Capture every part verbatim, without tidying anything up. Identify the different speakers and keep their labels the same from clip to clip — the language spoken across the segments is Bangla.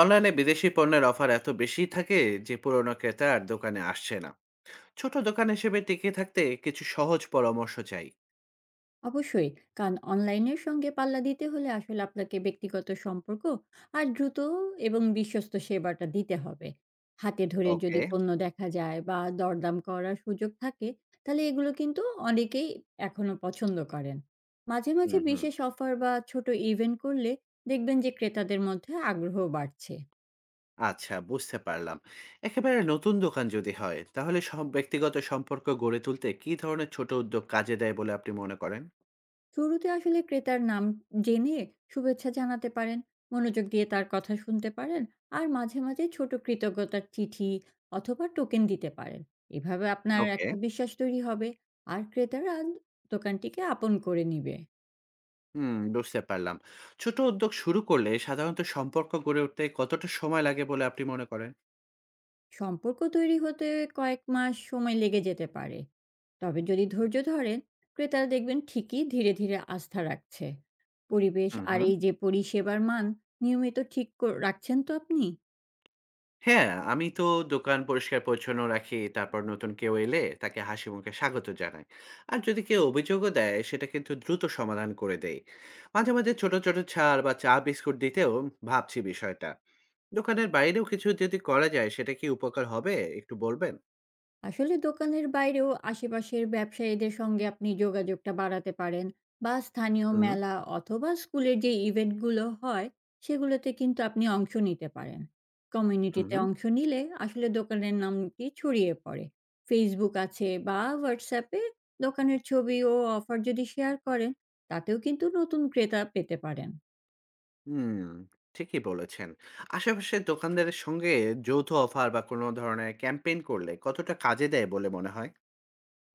Speaker 1: অনলাইনে বিদেশি পণ্যের অফার এত বেশি থাকে যে পুরনো ক্রেতা আর দোকানে আসছে না। ছোট দোকান হিসেবে টিকে থাকতে কিছু সহজ পরামর্শ চাই।
Speaker 2: অবশ্যই। কারণ অনলাইনের সঙ্গে পাল্লা দিতে হলে আসলে আপনাকে ব্যক্তিগত সম্পর্ক আর দ্রুত এবং বিশ্বস্ত সেবাটা দিতে হবে। হাতে ধরে যদি
Speaker 1: ওকে।
Speaker 2: পণ্য দেখা যায় বা দরদাম করার সুযোগ থাকে, তাহলে এগুলো কিন্তু অনেকেই এখনো পছন্দ করেন। মাঝে মাঝে
Speaker 1: হুম হুম।
Speaker 2: বিশেষ অফার বা ছোট ইভেন্ট করলে দেখবেন যে ক্রেতাদের মধ্যে আগ্রহ বাড়ছে।
Speaker 1: আচ্ছা, বুঝতে পারলাম। একেবারে নতুন দোকান যদি হয় তাহলে সব ব্যক্তিগত সম্পর্ক গড়ে তুলতে কি ধরনের ছোট উদ্যোগ কাজে দেয় বলে আপনি মনে করেন?
Speaker 2: শুরুতে আসলে ক্রেতার নাম জেনে শুভেচ্ছা জানাতে পারেন, মনোযোগ দিয়ে তার কথা শুনতে পারেন, আর মাঝে মাঝে ছোট কৃতজ্ঞতার চিঠি অথবা টোকেন দিতে পারেন। এভাবে আপনার
Speaker 1: ওকে।
Speaker 2: একটা বিশ্বাস তৈরি হবে আর ক্রেতারা দোকানটিকে আপন করে নিবে।
Speaker 1: হুম, বুঝতে পারলাম। ছোট উদ্যোগ শুরু করলে সাধারণত সম্পর্ক গড়ে উঠতে কতটা সময় লাগে বলে আপনি মনে করেন?
Speaker 2: সম্পর্ক তৈরি হতে কয়েক মাস সময় লেগে যেতে পারে, তবে যদি ধৈর্য ধরেন, ক্রেতারা দেখবেন ঠিকই ধীরে ধীরে আস্থা রাখছে। পরিবেশ
Speaker 1: হুম
Speaker 2: আর
Speaker 1: হুম।
Speaker 2: এই যে পরিষেবার মান নিয়মিত ঠিক কর- রাখছেন তো আপনি?
Speaker 1: হ্যাঁ, আমি তো দোকান পরিষ্কার-পরিচ্ছন্ন রাখি। তারপর নতুন কেউ এলে তাকে হাসিমুখে স্বাগত জানাই। আর যদি কেউ অভিযোগও দেয়, সেটা কিন্তু দ্রুত সমাধান করে দেই। মাঝে, মাঝে ছোট, ছোট ছাড় বা চা বিস্কুট দিতেও ভাবছি বিষয়টা। দোকানের বাইরেও কিছু যদি করা যায়, সেটা কি উপকার হবে? একটু বলবেন?
Speaker 2: আসলে দোকানের বাইরেও আশেপাশের ব্যবসায়ীদের সঙ্গে আপনি যোগাযোগটা বাড়াতে পারেন, বা স্থানীয়
Speaker 1: হুম,
Speaker 2: মেলা অথবা স্কুলের যে ইভেন্টগুলো হয় সেগুলোতে কিন্তু আপনি অংশ নিতে পারেন।
Speaker 1: হুম,
Speaker 2: কমিউনিটিতে
Speaker 1: হুম,
Speaker 2: অংশ নিলে আসলে দোকানের নামটি ছড়িয়ে পড়ে। ফেসবুক আছে বা হোয়াটসঅ্যাপে দোকানের ছবি ও অফার যদি শেয়ার করেন, তাতেও কিন্তু নতুন ক্রেতা পেতে পারেন।
Speaker 1: হুম, ঠিকই বলেছেন। আশেপাশের দোকানদারের সঙ্গে যৌথ অফার বা কোনো ধরনের ক্যাম্পেইন করলে কতটা কাজে দেয় বলে মনে হয়?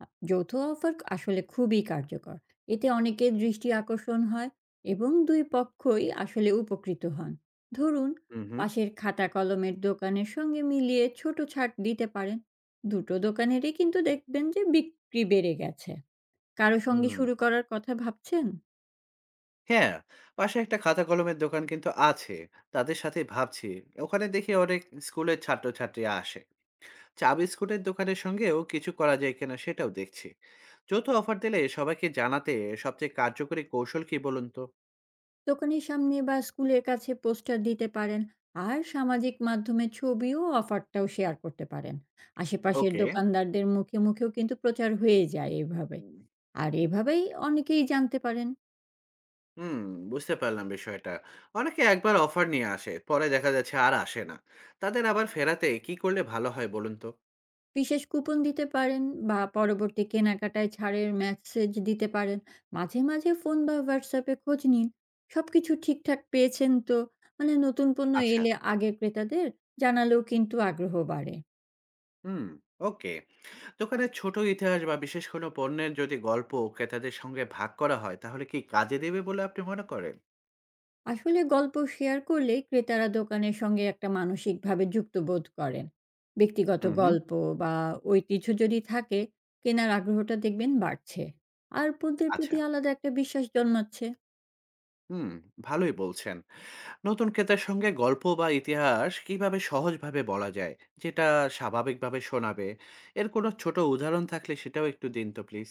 Speaker 2: আ যৌথ অফার আসলে খুবই কার্যকর। এতে অনেকের দৃষ্টি আকর্ষণ হয় এবং দুই পক্ষই আসলে উপকৃত হন। ধরুন,
Speaker 1: হুম, হুম,
Speaker 2: পাশের খাতা-কলমের দোকানের সঙ্গে মিলিয়ে ছোট ছাড় দিতে পারেন। দুটো দোকানেরই কিন্তু দেখবেন যে বিক্রি বেড়ে গেছে। কারো সঙ্গে
Speaker 1: হুম।
Speaker 2: শুরু করার কথা ভাবছেন?
Speaker 1: হ্যাঁ, পাশে একটা খাতা কলমের দোকান কিন্তু আছে। তাদের সাথে ভাবছি। ওখানে দেখি অনেক স্কুলের ছাত্রছাত্রী আসে। চা বিস্কুটের দোকানের সঙ্গেও কিছু করা যায় কিনা সেটাও দেখছি। যৌথ অফার দিলে সবাইকে জানাতে সবচেয়ে কার্যকরী কৌশল কি বলুন তো?
Speaker 2: দোকানের সামনে বা স্কুলের কাছে পোস্টার দিতে পারেন, আর সামাজিক মাধ্যমে ছবি ও অফারটাও শেয়ার করতে পারেন। আশেপাশের
Speaker 1: ওকে।
Speaker 2: দোকানদারদের মুখে মুখেও কিন্তু প্রচার হয়ে যায় এইভাবে, আর এভাবেই অনেকেই জানতে পারেন।
Speaker 1: হুম, বুঝতে পারলাম বিষয়টা। অনেকে একবার অফার নিয়ে আসে, পরে দেখা যাচ্ছে আর আসে না। তাদের আবার ফেরাতে কি করলে ভালো হয় বলুন তো?
Speaker 2: বিশেষ কুপন দিতে পারেন বা পরবর্তী কেনাকাটায় ছাড়ের মেসেজ দিতে পারেন। মাঝে মাঝে ফোন বা হোয়াটসঅ্যাপে খোঁজ নিন, সবকিছু ঠিকঠাক পেয়েছেন তো। মানে নতুন পণ্য
Speaker 1: আচ্ছা,
Speaker 2: এলে আগে ক্রেতাদের জানালেও কিন্তু আগ্রহ বাড়ে।
Speaker 1: হুম, ওকে। দোকানের ছোট ইতিহাস বা বিশেষ কোনো পণ্যের যদি গল্প ক্রেতাদের সঙ্গে ভাগ করা হয় তাহলে কি কাজে দেবে বলে আপনি মনে করেন?
Speaker 2: আসলে গল্প শেয়ার করলে ক্রেতারা দোকানের সঙ্গে একটা মানসিকভাবে যুক্ত বোধ করেন। ব্যক্তিগত
Speaker 1: হুম হুম।
Speaker 2: গল্প বা ঐতিহ্য যদি থাকে, কেনার আগ্রহটা দেখবেন বাড়ছে আর পণ্যের
Speaker 1: আচ্ছা।
Speaker 2: প্রতি আলাদা একটা বিশ্বাস জন্মাচ্ছে।
Speaker 1: হুম, ভালোই বলছেন। নতুন ক্রেতার সঙ্গে গল্প বা ইতিহাস কিভাবে সহজভাবে বলা যায়, যেটা স্বাভাবিকভাবে শোনাবে, এর কোনো ছোট উদাহরণ থাকলে সেটাও একটু দিন তো প্লিজ।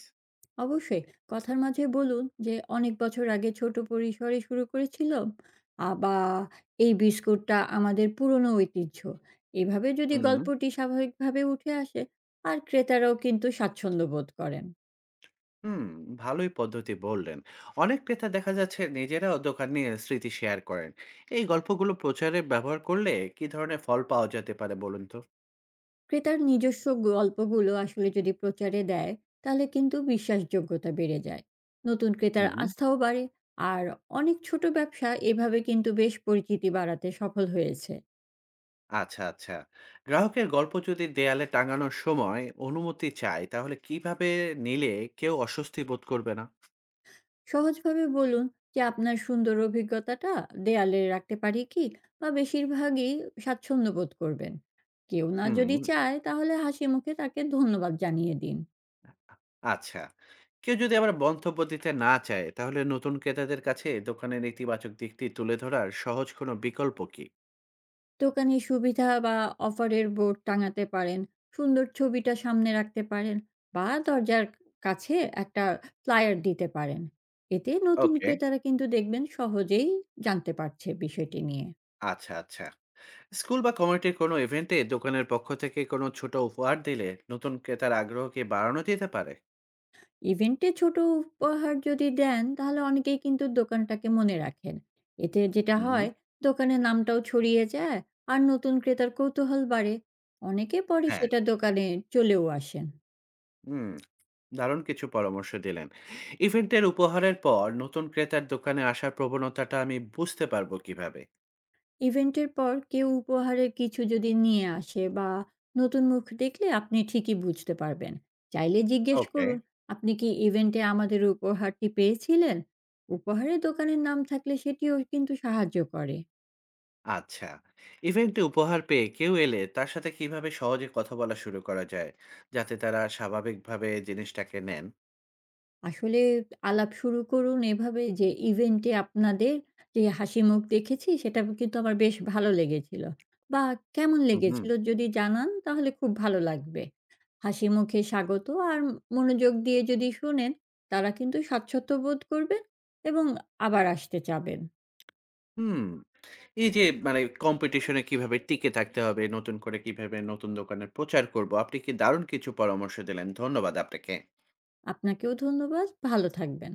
Speaker 2: অবশ্যই, কথার মাঝে বলুন যে অনেক বছর আগে ছোট পরিসরে শুরু করেছিলাম, আ- বা এই বিস্কুটটা আমাদের পুরনো ঐতিহ্য। এভাবে যদি
Speaker 1: হুম
Speaker 2: গল্পটি স্বাভাবিকভাবে উঠে আসে, আর ক্রেতারাও কিন্তু স্বাচ্ছন্দ্য বোধ করেন।
Speaker 1: হুম। ভালোই পদ্ধতি বললেন। অনেক ক্রেতা দেখা যাচ্ছে নিজেরাও দোকান নিয়ে স্মৃতি শেয়ার করেন। এই গল্পগুলো প্রচারে ব্যবহার করলে কি ধরনের ফল পাওয়া যেতে পারে বলুন
Speaker 2: ক্রেতার নিজস্ব গল্পগুলো আসলে যদি প্রচারে দেয়, তাহলে কিন্তু বিশ্বাসযোগ্যতা বেড়ে যায়, নতুন
Speaker 1: তো?
Speaker 2: ক্রেতার আস্থাও বাড়ে। আর অনেক ছোট ব্যবসা এভাবে কিন্তু বেশ পরিচিতি বাড়াতে সফল হয়েছে।
Speaker 1: আচ্ছা, আচ্ছা। গ্রাহকের গল্প যদি দেয়ালে টাঙানোর সময় অনুমতি চাই, তাহলে কিভাবে নিলে কেউ অস্বস্তি বোধ করবে না?
Speaker 2: সহজভাবে বলুন যে আপনার সুন্দর অভিজ্ঞতাটা দেয়ালে রাখতে পারি কি, বা বেশিরভাগই স্বাচ্ছন্দ্য বোধ করবেন। কেউ না
Speaker 1: হুম,
Speaker 2: যদি চায়, তাহলে হাসি মুখে তাকে ধন্যবাদ জানিয়ে দিন।
Speaker 1: আচ্ছা। কেউ যদি আবার মন্তব্য দিতে না চায়, তাহলে নতুন ক্রেতাদের কাছে দোকানের ইতিবাচক দিকটি তুলে ধরার সহজ কোনো বিকল্প কি?
Speaker 2: দোকানে সুবিধা বা অফারের বোর্ড টাঙাতে পারেন, সুন্দর ছবিটা সামনে রাখতে পারেন, বা দরজার কাছে একটা ফ্লায়ার দিতে পারেন। এতে নতুন
Speaker 1: ওকে,
Speaker 2: ক্রেতারা কিন্তু দেখবেন সহজেই জানতে পারছে বিষয়টি নিয়ে।
Speaker 1: আচ্ছা, আচ্ছা। স্কুল বা কমিউনিটির কোনো ইভেন্টে দোকানের পক্ষ থেকে কোনো ছোট উপহার দিলে নতুন ক্রেতার আগ্রহ কি বাড়ানো যেতে পারে?
Speaker 2: ইভেন্টে ছোট উপহার যদি দেন, তাহলে অনেকেই কিন্তু দোকানটাকে মনে রাখেন। এতে যেটা
Speaker 1: হুম,
Speaker 2: হয়, দোকানের নামটাও ছড়িয়ে যায় আর নতুন ক্রেতার কৌতূহল বাড়ে। অনেকে পরে
Speaker 1: হ্যাঁ,
Speaker 2: সেটা দোকানে চলেও আসেন।
Speaker 1: হুম। দারুণ কিছু পরামর্শ দিলেন। ইভেন্টের উপহারের পর নতুন ক্রেতার দোকানে আসার প্রবণতাটা আমি বুঝতে পারবো কিভাবে?
Speaker 2: ইভেন্টের পর কেউ উপহারের কিছু যদি নিয়ে আসে বা নতুন মুখ দেখলে আপনি ঠিকই বুঝতে পারবেন। চাইলে জিজ্ঞেস
Speaker 1: ওকে।
Speaker 2: করুন, "আপনি কি ইভেন্টে আমাদের উপহারটি পেয়েছিলেন?" উপহারের দোকানের নাম থাকলে সেটিও কিন্তু সাহায্য করে।
Speaker 1: আচ্ছা। ইভেন্টে উপহার পেয়ে কেউ এলে তার সাথে কিভাবে সহজে কথা বলা শুরু করা যায়, যাতে তারা স্বাভাবিকভাবে জিনিসটাকে নেন?
Speaker 2: আসলে আলাপ শুরু করুন এভাবে, যে ইভেন্টে আপনাদের যে হাসি মুখ দেখেছি সেটা কিন্তু আমার বেশ ভালো লেগেছিল, বা কেমন
Speaker 1: হু, হুম।
Speaker 2: লেগেছিল যদি জানান তাহলে খুব ভালো লাগবে। হাসি মুখে স্বাগত আর মনোযোগ দিয়ে যদি শোনেন, তারা কিন্তু স্বাচ্ছন্দ্য বোধ করবেন এবং আবার আসতে চাবেন।
Speaker 1: হুম। এই যে, মানে কম্পিটিশনে কিভাবে টিকে থাকতে হবে, নতুন করে কিভাবে নতুন দোকানের প্রচার করব? আপনি কি দারুণ কিছু পরামর্শ দিলেন। ধন্যবাদ আপনাকে।
Speaker 2: আপনাকেও ধন্যবাদ, ভালো থাকবেন।